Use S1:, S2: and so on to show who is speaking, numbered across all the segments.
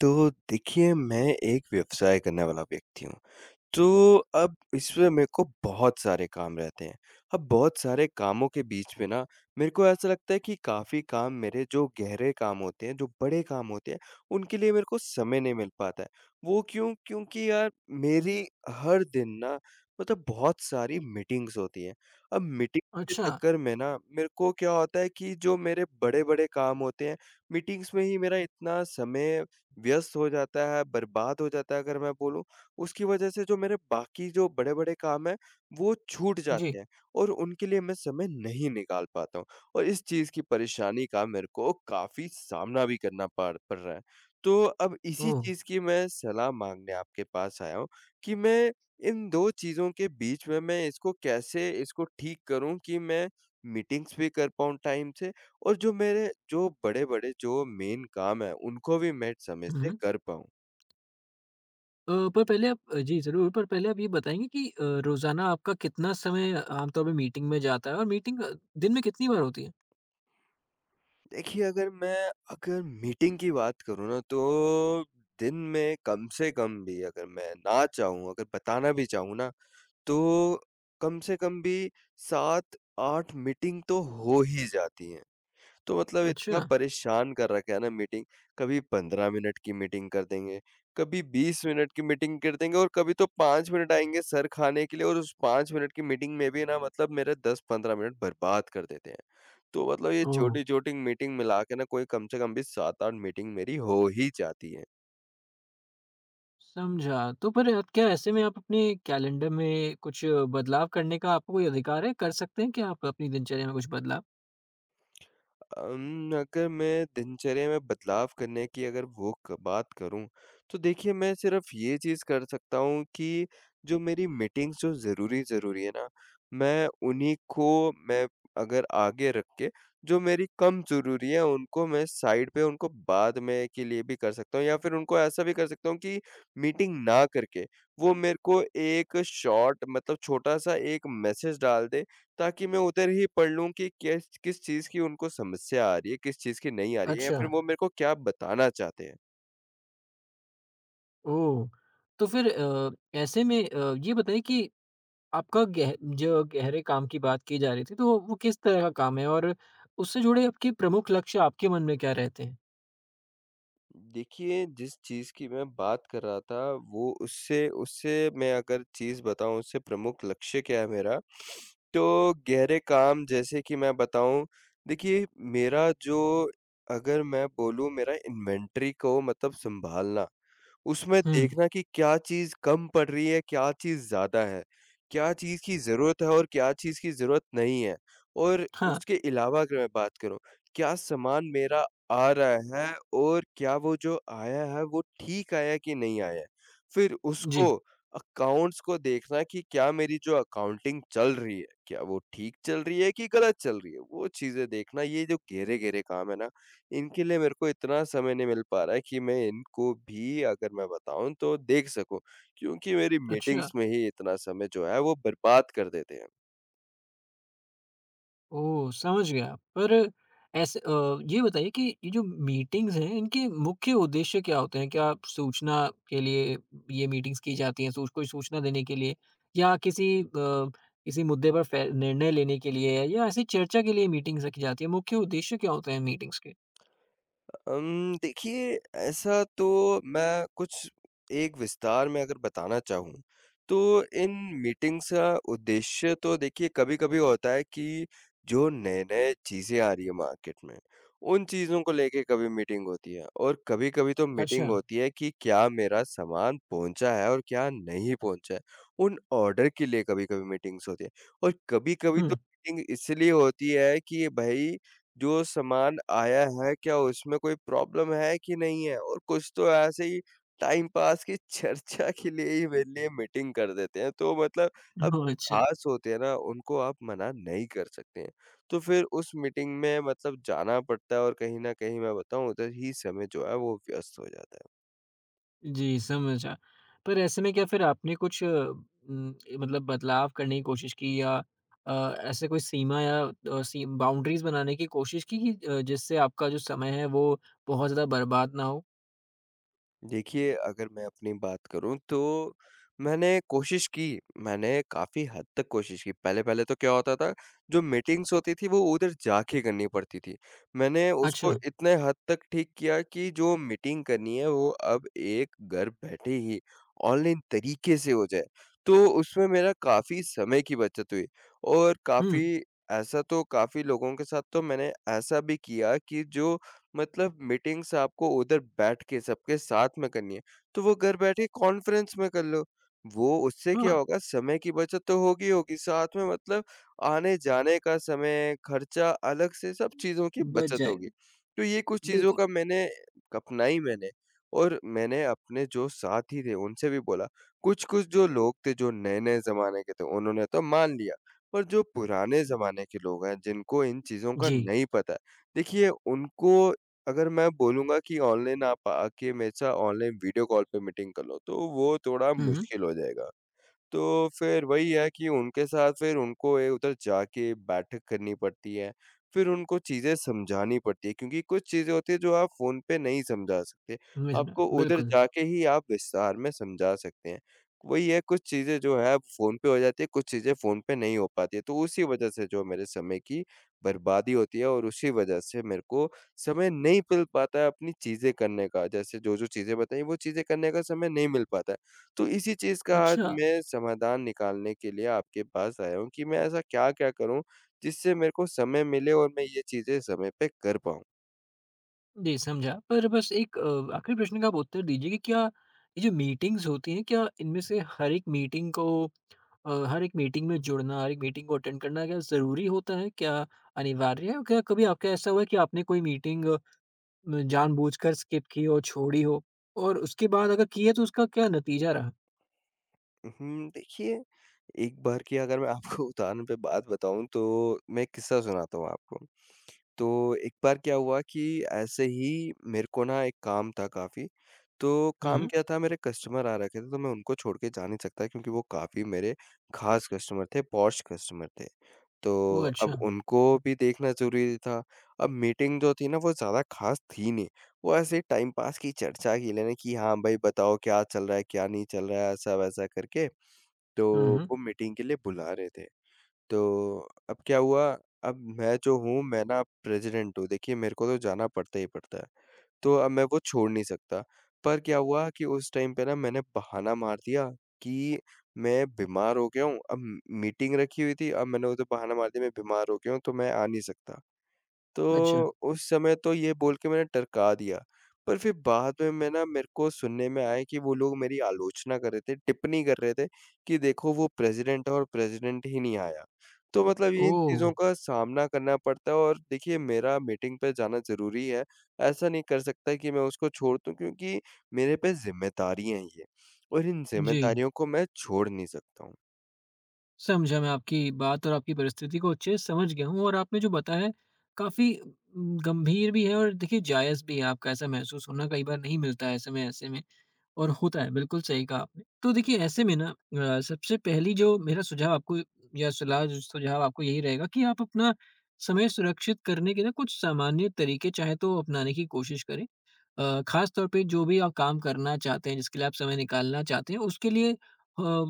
S1: तो देखिए, मैं एक व्यवसाय करने वाला व्यक्ति हूँ। तो अब इसमें मेरे को बहुत सारे काम रहते हैं। अब बहुत सारे कामों के बीच में ना, मेरे को ऐसा लगता है कि काफ़ी काम मेरे, जो गहरे काम होते हैं, जो बड़े काम होते हैं, उनके लिए मेरे को समय नहीं मिल पाता है। वो क्यों? क्योंकि यार, मेरी हर दिन ना, मतलब बहुत सारी मीटिंग्स होती हैं। अब मीटिंग्स के
S2: अच्छा,
S1: चक्कर में ना, मेरे को क्या होता है कि जो मेरे बड़े-बड़े काम होते हैं, मीटिंग्स में ही मेरा इतना समय व्यस्त हो जाता है, बर्बाद हो जाता है, अगर मैं बोलूँ। उसकी वजह से जो मेरे बाकी जो बड़े-बड़े काम हैं, वो छूट हुँ।
S2: जी।
S1: जाते हैं। और उनके लिए मैं समय नहीं निकाल पाता हूँ, और इस चीज़ की परेशानी का मेरे को काफ़ी सामना भी करना पड़ पड़ रहा है। तो अब इसी हुँ।
S2: ओह!
S1: चीज़ की मैं सलाह माँगने आपके पास आया हूँ कि मैं इन 2 चीज़ों के बीच में मैं इसको कैसे इसको ठीक करूँ, कि मैं मीटिंग्स भी कर पाऊँ टाइम से, और जो मेरे जो बड़े-बड़े जो मेन काम हैं, उनको भी मैं समय से
S2: हुँ।
S1: कर पाऊँ।
S2: पर पहले आप अ, जी ज़रूर, पर पहले आप ये बताएँगे कि रोज़ाना आपका कितना समय आमतौर पे मीटिंग में जाता है और मीटिंग दिन में कितनी बार होती है?
S1: देखिए, अगर मीटिंग की बात करूँ ना, तो दिन में कम से कम भी, अगर मैं ना चाहूँ, अगर बताना भी चाहूँ ना, तो कम से कम भी 7-8 मीटिंग तो हो ही जाती हैं। तो मतलब इतना
S2: अच्छा,
S1: परेशान कर रखा है ना मीटिंग। कभी 15 मिनट की मीटिंग कर देंगे, कभी 20 मिनट की मीटिंग कर देंगे, और कभी तो 5 मिनट आएँगे सर खाने के लिए, और उस 5 मिनट की मीटिंग में भी ना, मतलब मेरे 10-15 मिनट बर्बाद कर देते हैं। तो मतलब ये
S2: ओह!
S1: छोटी-छोटी मीटिंग मिला के ना, कोई कम से कम भी 7-8 मीटिंग मेरी हो ही जाती है।
S2: समझा। तो पर आप क्या ऐसे में आप अपने कैलेंडर में कुछ बदलाव करने का आपको कोई अधिकार है? कर सकते हैं क्या आप अपनी दिनचर्या में कुछ बदलाव?
S1: अगर मैं दिनचर्या में बदलाव करने की, अगर वो क बात करूँ, तो देखिए मैं सिर्फ़ ये चीज़ कर सकता हूँ कि जो मेरी मीटिंग्स जो ज़रूरी-ज़रूरी है ना, मैं उन्हीं को, मैं अगर आगे रख के, जो मेरी कम ज़रूरी है, उनको मैं साइड पे, उनको बाद में के लिए भी कर सकता हूँ, या फिर उनको ऐसा भी कर सकता हूँ कि मीटिंग ना करके, वो मेरे को एक शॉर्ट, मतलब छोटा-सा एक मैसेज डाल दे, ताकि मैं उधर ही पढ़ लूँ कि किस किस चीज़ की उनको समस्या आ रही है, किस चीज़ की नहीं आ रही है, या
S2: अच्छा,
S1: फिर वो मेरे को क्या बताना चाहते हैं।
S2: ओह! तो फिर ऐसे में ये बताइए कि आपका गह जो गहरे काम की बात की जा रही थी, तो वो किस तरह का काम है और उससे जुड़े आपके प्रमुख लक्ष्य आपके मन में क्या रहते हैं?
S1: देखिए, जिस चीज़ की मैं बात कर रहा था, वो, उससे उससे मैं अगर चीज़ बताऊँ, उससे प्रमुख लक्ष्य क्या है मेरा, तो गहरे काम जैसे कि मैं बताऊँ, देखिए मेरा जो, अगर मैं बोलूँ, मेरा इन्वेंटरी को मतलब सँभालना, उसमें
S2: हुँ,
S1: देखना कि क्या चीज़ कम पड़ रही है, क्या चीज़ ज़्यादा है, क्या चीज़ की ज़रूरत है और क्या चीज़ की ज़रूरत नहीं है। और
S2: हाँ,
S1: उसके अलावा अगर मैं बात करूँ, क्या सामान मेरा आ रहा है, और क्या वो जो आया है वो ठीक आया है कि नहीं आया है। फिर
S2: जी,
S1: उसको, अकाउंट्स को देखना कि क्या मेरी जो अकाउंटिंग चल रही है, क्या वो ठीक चल रही है कि गलत चल रही है। वो चीज़ें देखना, ये जो घेरे-घेरे काम है ना, इनके लिए मेरे को इतना समय नहीं मिल पा रहा है कि मैं इनको भी, अगर मैं बताऊँ, तो देख सकूँ, क्योंकि मेरी
S2: अच्छा,
S1: मीटिंग्स में ही इतना समय जो है वो बर्बाद कर देते हैं।
S2: ओह! समझ गया। पर ऐसे ये बताइए कि ये जो मीटिंग्स हैं, इनके मुख्य उद्देश्य क्या होते हैं? क्या सूचना के लिए ये मीटिंग्स की जाती हैं, सूच कोई सूचना देने के लिए या किसी किसी मुद्दे पर फै निर्णय लेने के लिए या ऐसी चर्चा के लिए मीटिंग्स रखी जाती है? मुख्य उद्देश्य क्या होते हैं मीटिंग्स के?
S1: देखिए, ऐसा तो मैं कुछ, एक विस्तार में अगर बताना चाहूँ, तो इन मीटिंग्स का उद्देश्य तो देखिए कभी-कभी होता है कि जो नए-नए चीज़ें आ रही है मार्केट में, उन चीज़ों को लेके कभी मीटिंग होती है, और कभी-कभी तो मीटिंग
S2: अच्छा,
S1: होती है कि क्या मेरा सामान पहुँचा है और क्या नहीं पहुँचा है, उन ऑर्डर के लिए कभी-कभी मीटिंग्स होती है, और कभी-कभी तो
S2: हुँ।
S1: मीटिंग इसलिए होती है कि भाई जो सामान आया है, क्या उसमें कोई प्रॉब्लम है कि नहीं है? और कुछ तो ऐसे ही टाइम पास की चर्चा के लिए ही मेरे लिए मीटिंग कर देते हैं। तो मतलब अब
S2: ओह! अच्छा।
S1: ख़ास होते हैं ना, उनको आप मना नहीं कर सकते हैं। तो फिर उस मीटिंग में मतलब जाना पड़ता है, और कहीं न कहीं मैं बताऊँ उधर ही समय जो है वो व्यस्त हो जाता है।
S2: जी, समझा। पर ऐसे में क्या फिर आपने कुछ मतलब बदलाव करने की कोशिश की या अ, ऐसे कोई सीमा या अ, सी बाउंड्रीज़ बनाने की कोशिश की कि जिससे आपका जो समय है वो बहुत ज़्यादा बर्बाद ना हो?
S1: देखिए, अगर मैं अपनी बात करूँ, तो मैंने कोशिश की, मैंने काफ़ी हद तक कोशिश की। पहले-पहले तो क्या होता था, जो मीटिंग्स होती थी वो उधर जाके करनी पड़ती थी। मैंने उसको
S2: अच्छा।
S1: इतने हद तक ठीक किया कि जो मीटिंग करनी है वो अब एक घर बैठे ही ऑनलाइन तरीके से हो जाए। तो उसमें मेरा काफ़ी समय की बचत हुई, और
S2: हुँ,
S1: काफ़ी ऐसा तो, काफ़ी लोगों के साथ तो मैंने ऐसा भी किया कि जो, मतलब मीटिंग्स आपको उधर बैठ के सबके साथ में करनी है, तो वो घर बैठे कॉन्फ्रेंस में कर लो। वो उससे क्या
S2: हाँ,
S1: होगा, समय की बचत तो होगी ही होगी, साथ में मतलब आने-जाने का समय, खर्चा, अलग से सब चीज़ों की
S2: बच
S1: बचत होगी।
S2: जाएगा।
S1: तो ये कुछ चीज़ों
S2: बिल्कुल।
S1: का मैंने अपनाई मैंने, और मैंने अपने जो साथी थे उनसे भी बोला। कुछ-कुछ जो लोग थे जो नए-नए ज़माने के थे, उन्होंने तो मान लिया, पर जो पुराने ज़माने के लोग हैं जिनको इन चीज़ों का
S2: जी।
S1: नहीं पता है, देखिए उनको, अगर मैं बोलूँगा कि ऑनलाइन आप आके मेरे साथ ऑनलाइन वीडियो कॉल पे मीटिंग कर लो, तो वो थोड़ा
S2: हुँ, हुँ।
S1: मुश्किल हो जाएगा। तो फिर वही है कि उनके साथ, फिर उनको ए उधर जाके बैठक करनी पड़ती है। फिर उनको चीज़ें समझानी पड़ती है, क्योंकि कुछ चीज़ें होती हैं जो आप फ़ोन पे नहीं समझा सकते। आपको उधर
S2: बिल्कुल।
S1: जाके ही आप विस्तार में समझा सकते हैं। वही है, कुछ चीज़ें जो है फ़ोन पे हो जाती है, कुछ चीज़ें फ़ोन पे नहीं हो पाती है। तो उसी वज़ह से जो मेरे समय की बर्बादी होती है, और उसी वज़ह से मेरे को समय नहीं मिल पाता है अपनी चीज़ें करने का। जैसे जो-जो चीज़ें बताई वो चीज़ें करने का समय नहीं मिल पाता है। तो इसी चीज़ का आज
S2: अच्छा।
S1: मैं समाधान निकालने के लिए आपके पास आया हूँ कि मैं ऐसा क्या-क्या करूँ, जिससे मेरे को समय मिले और मैं ये चीज़ें समय पे कर पाऊँ।
S2: जी, समझा। पर बस एक आखिरी प्रश्न का आप उत्तर दीजिए कि क्या ये जो मीटिंग्स होती हैं, क्या इनमें से हर एक मीटिंग में जुड़ना, हर एक मीटिंग को अटेंड करना क्या ज़रूरी होता है? क्या अनिवार्य है? और क्या कभी आपका ऐसा हुआ है कि आपने कोई मीटिंग जानबूझकर स्किप की हो, छोड़ी हो? और उसके बाद अगर की है तो उसका क्या नतीजा रहा?
S1: देखिए, एक बार की अगर मैं आपको उदाहरण पे बात बताऊँ, तो मैं एक किस्सा सुनाता हूँ आपको। तो एक बार क्या हुआ कि ऐसे ही मेरे को ना एक काम था काफ़ी, तो
S2: हुँ,
S1: काम
S2: हुँ।
S1: क्या था, मेरे कस्टमर आ रखे थे, तो मैं उनको छोड़ के जा नहीं सकता, क्योंकि वो काफ़ी मेरे ख़ास कस्टमर थे, पॉश कस्टमर थे। तो
S2: ओह!
S1: अब
S2: अच्छा।
S1: उनको भी देखना ज़रूरी था। अब मीटिंग जो थी ना, वो ज़्यादा ख़ास थी नहीं। वो ऐसे ही टाइम पास की चर्चा की लेने की, हाँ भाई बताओ क्या चल रहा है, क्या नहीं चल रहा है, ऐसा-वैसा करके। तो
S2: हुँ, हुँ।
S1: वो मीटिंग के लिए बुला रहे थे। तो अब क्या हुआ, अब मैं जो हूँ, मैं ना प्रेज़िडेंट हूँ। देखिए मेरे को तो जाना पड़ता ही पड़ता है। तो अब मैं वो छोड़ नहीं सकता। पर क्या हुआ कि उस टाइम पे ना मैंने बहाना मार दिया कि मैं बीमार हो गया हूँ। अब मीटिंग रखी हुई थी, अब मैंने उधर बहाना मार दिया, मैं बीमार हो गया हूँ, तो मैं आ नहीं सकता।
S2: अच्छा।
S1: तो उस समय तो ये बोल के मैंने टरका दिया, पर फिर बाद में मैं ना, मेरे को सुनने में आया कि वो लोग मेरी आलोचना कर रहे थे, टिप्पणी कर रहे थे कि देखो वो प्रेज़िडेंट है और प्रेज़िडेंट ही नहीं आया। तो मतलब ये इन
S2: ओह!
S1: चीज़ों का सामना करना पड़ता है, और देखिए मेरा मीटिंग पे जाना ज़रूरी है, ऐसा नहीं कर सकता कि मैं उसको छोड़ दूँ, क्योंकि मेरे पे ज़िम्मेदारियाँ हैं ये, और इन
S2: जी।
S1: ज़िम्मेदारियों को मैं छोड़ नहीं सकता हूँ।
S2: समझा। मैं आपकी बात और आपकी परिस्थिति को अच्छे से समझ गया हूँ और आपने जो बताया है काफ़ी गंभीर भी है और देखिए जायज़ भी है। आपका ऐसा महसूस होना कई बार नहीं मिलता है, ऐसे में और होता है। बिल्कुल सही कहा आपने। तो देखिए ऐसे में ना सबसे पहली जो मेरा सुझाव आपको या सलाह जो सुझाव आपको यही रहेगा कि आप अपना समय सुरक्षित करने के ना कुछ सामान्य तरीके चाहे तो अपनाने की कोशिश करें। खास तौर पे जो भी आप काम करना चाहते हैं, जिसके लिए आप समय निकालना चाहते हैं, उसके लिए अ,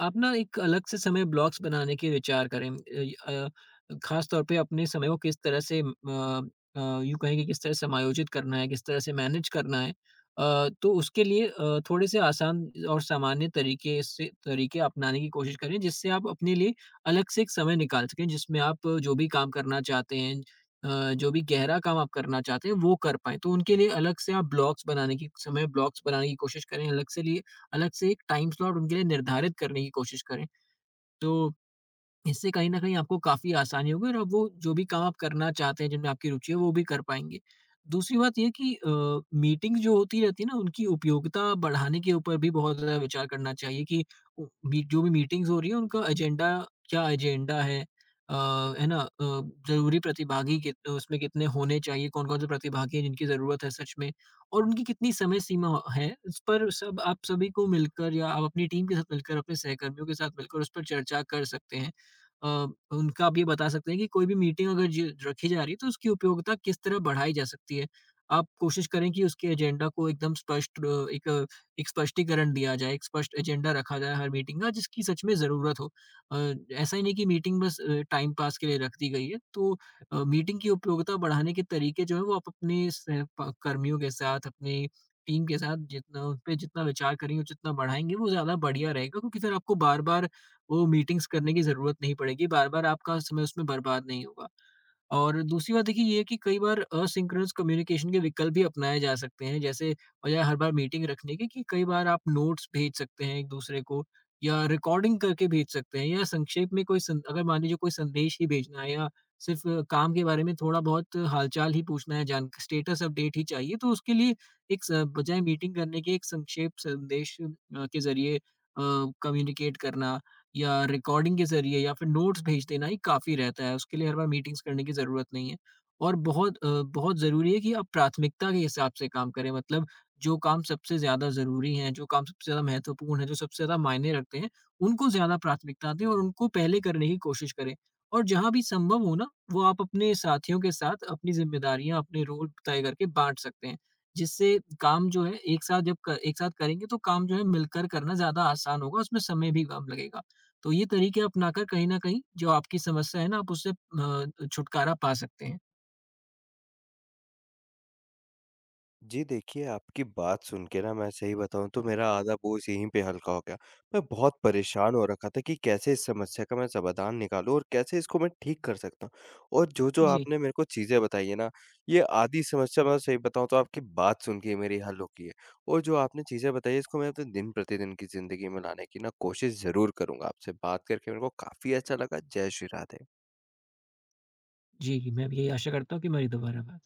S2: आप ना एक अलग से समय ब्लॉक्स बनाने के विचार करें। खास तौर पे अपने समय को किस तरह से यूँ कहें कि किस तरह से समायोजित करना है, किस तरह से मैनेज करना है। तो उसके लिए थोड़े से आसान और सामान्य तरीके से तरीके अपनाने की कोशिश करें, जिससे आप अपने लिए अलग से एक समय निकाल सकें, जिसमें आप जो भी काम करना चाहते हैं, जो भी गहरा काम आप करना चाहते हैं वो कर पाएँ। तो उनके लिए अलग से आप ब्लॉक्स बनाने की समय ब्लॉक्स बनाने की कोशिश करें, अलग से एक टाइम स्लॉट उनके लिए निर्धारित करने की कोशिश करें। तो इससे कहीं न कहीं आपको काफ़ी आसानी होगी और अब वो जो भी काम आप करना चाहते हैं, जिनमें आपकी रुचि है, वो भी कर पाएँगे। दूसरी बात ये है कि मीटिंग जो होती रहती है ना, उनकी उपयोगिता बढ़ाने के ऊपर भी बहुत ज़्यादा विचार करना चाहिए कि उ मी जो भी मीटिंग्स हो रही है, उनका एजेंडा क्या एजेंडा है? अ, है ना? ज़रूरी प्रतिभागी कित उसमें कितने होने चाहिए? कौन-कौन से प्रतिभागी हैं, जिनकी ज़रूरत है सच में? और उनकी कितनी समय सीमा है? इस पर सब आप सभी को मिलकर या आप अपनी टीम के साथ मिलकर, अपने सहकर्मियों के साथ मिलकर उस पर चर्चा कर सकते हैं। अ, उनका आप ये बता सकते हैं कि कोई भी मीटिंग अगर ज रखी जा रही है तो उसकी उपयोगिता किस तरह बढ़ाई जा सकती है? आप कोशिश करें कि उसके एजेंडा को एकदम स्पष्ट, एक स्पष्टीकरण दिया जाए, एक स्पष्ट एजेंडा रखा जाए हर मीटिंग का जिसकी सच में ज़रूरत हो। अ, ऐसा ही नहीं कि मीटिंग बस टाइम पास के लिए रख दी गई है। तो मीटिंग की उपयोगिता बढ़ाने के तरीके जो हैं वो आप अपने सह प कर्मियों के साथ, अपनी टीम के साथ जितना उनपे जितना विचार करेंगे, जितना बढ़ाएँगे वो ज़्यादा बढ़िया रहेगा, क्योंकि फिर आपको बार-बार वो मीटिंग्स करने की ज़रूरत नहीं पड़ेगी, बार-बार आपका समय उसमें बर्बाद नहीं होगा। और दूसरी बात देखिए ये है कि कई बार असिंक्रोनस कम्युनिकेशन के विकल्प भी अपनाए जा सकते हैं, जैसे बजाय हर बार मीटिंग रखने के कि कई बार आप नोट्स भेज सकते हैं एक-दूसरे को या रिकॉर्डिंग करके भेज सकते हैं या संक्षेप में कोई सं अगर मान लीजिए कोई संदेश ही भेजना है या सिर्फ़ काम के बारे में थोड़ा-बहुत हालचाल ही पूछना है, जान स्टेटस अपडेट ही चाहिए, तो उसके लिए एक स बजाय मीटिंग करने के एक संक्षेप संदेश के ज़रिए कम्युनिकेट करना या रिकॉर्डिंग के ज़रिए या फिर नोट्स भेज देना ही काफ़ी रहता है, उसके लिए हर बार मीटिंग्स करने की ज़रूरत नहीं है। और बहुत बहुत ज़रूरी है कि आप प्राथमिकता के हिसाब से काम करें, मतलब जो काम सबसे ज़्यादा ज़रूरी हैं, जो काम सबसे ज़्यादा महत्वपूर्ण हैं, जो सबसे ज़्यादा मायने रखते हैं, उनको ज़्यादा प्राथमिकता दें और उनको पहले करने की कोशिश करें। और जहाँ भी संभव हो ना, वो आप अपने साथियों के साथ अपनी ज़िम्मेदारियाँ, अपने रोल तय करके बाँट सकते हैं, जिससे काम जो है एक साथ जब क एक साथ करेंगे तो काम जो है मिलकर करना ज़्यादा आसान होगा, उसमें समय भी कम लगेगा। तो ये तरीके अपनाकर कहीं न कहीं जो आपकी समस्या है ना, आप उससे छुटकारा पा सकते हैं।
S1: जी, देखिए आपकी बात सुन के ना, मैं सही बताऊँ तो मेरा आधा बोझ यहीं पे हल्का हो गया। मैं बहुत परेशान हो रखा था कि कैसे इस समस्या का मैं समाधान निकालूँ और कैसे इसको मैं ठीक कर सकता हूँ। और जो-जो
S2: जी।
S1: आपने मेरे को चीज़ें बताई है ना, ये आधी समस्या मैं सही बताऊँ तो आपकी बात सुन के ही मेरी हल हो गई है। और जो आपने चीज़ें बताई, इसको मैं अपने दिन-प्रतिदिन की ज़िंदगी में लाने की ना कोशिश ज़रूर करूँगा। आपसे बात करके मेरे को काफ़ी अच्छा लगा। जय श्री राधे।
S2: जी, जी, मैं भी यही आशा करता हूँ कि हमारी दोबारा बात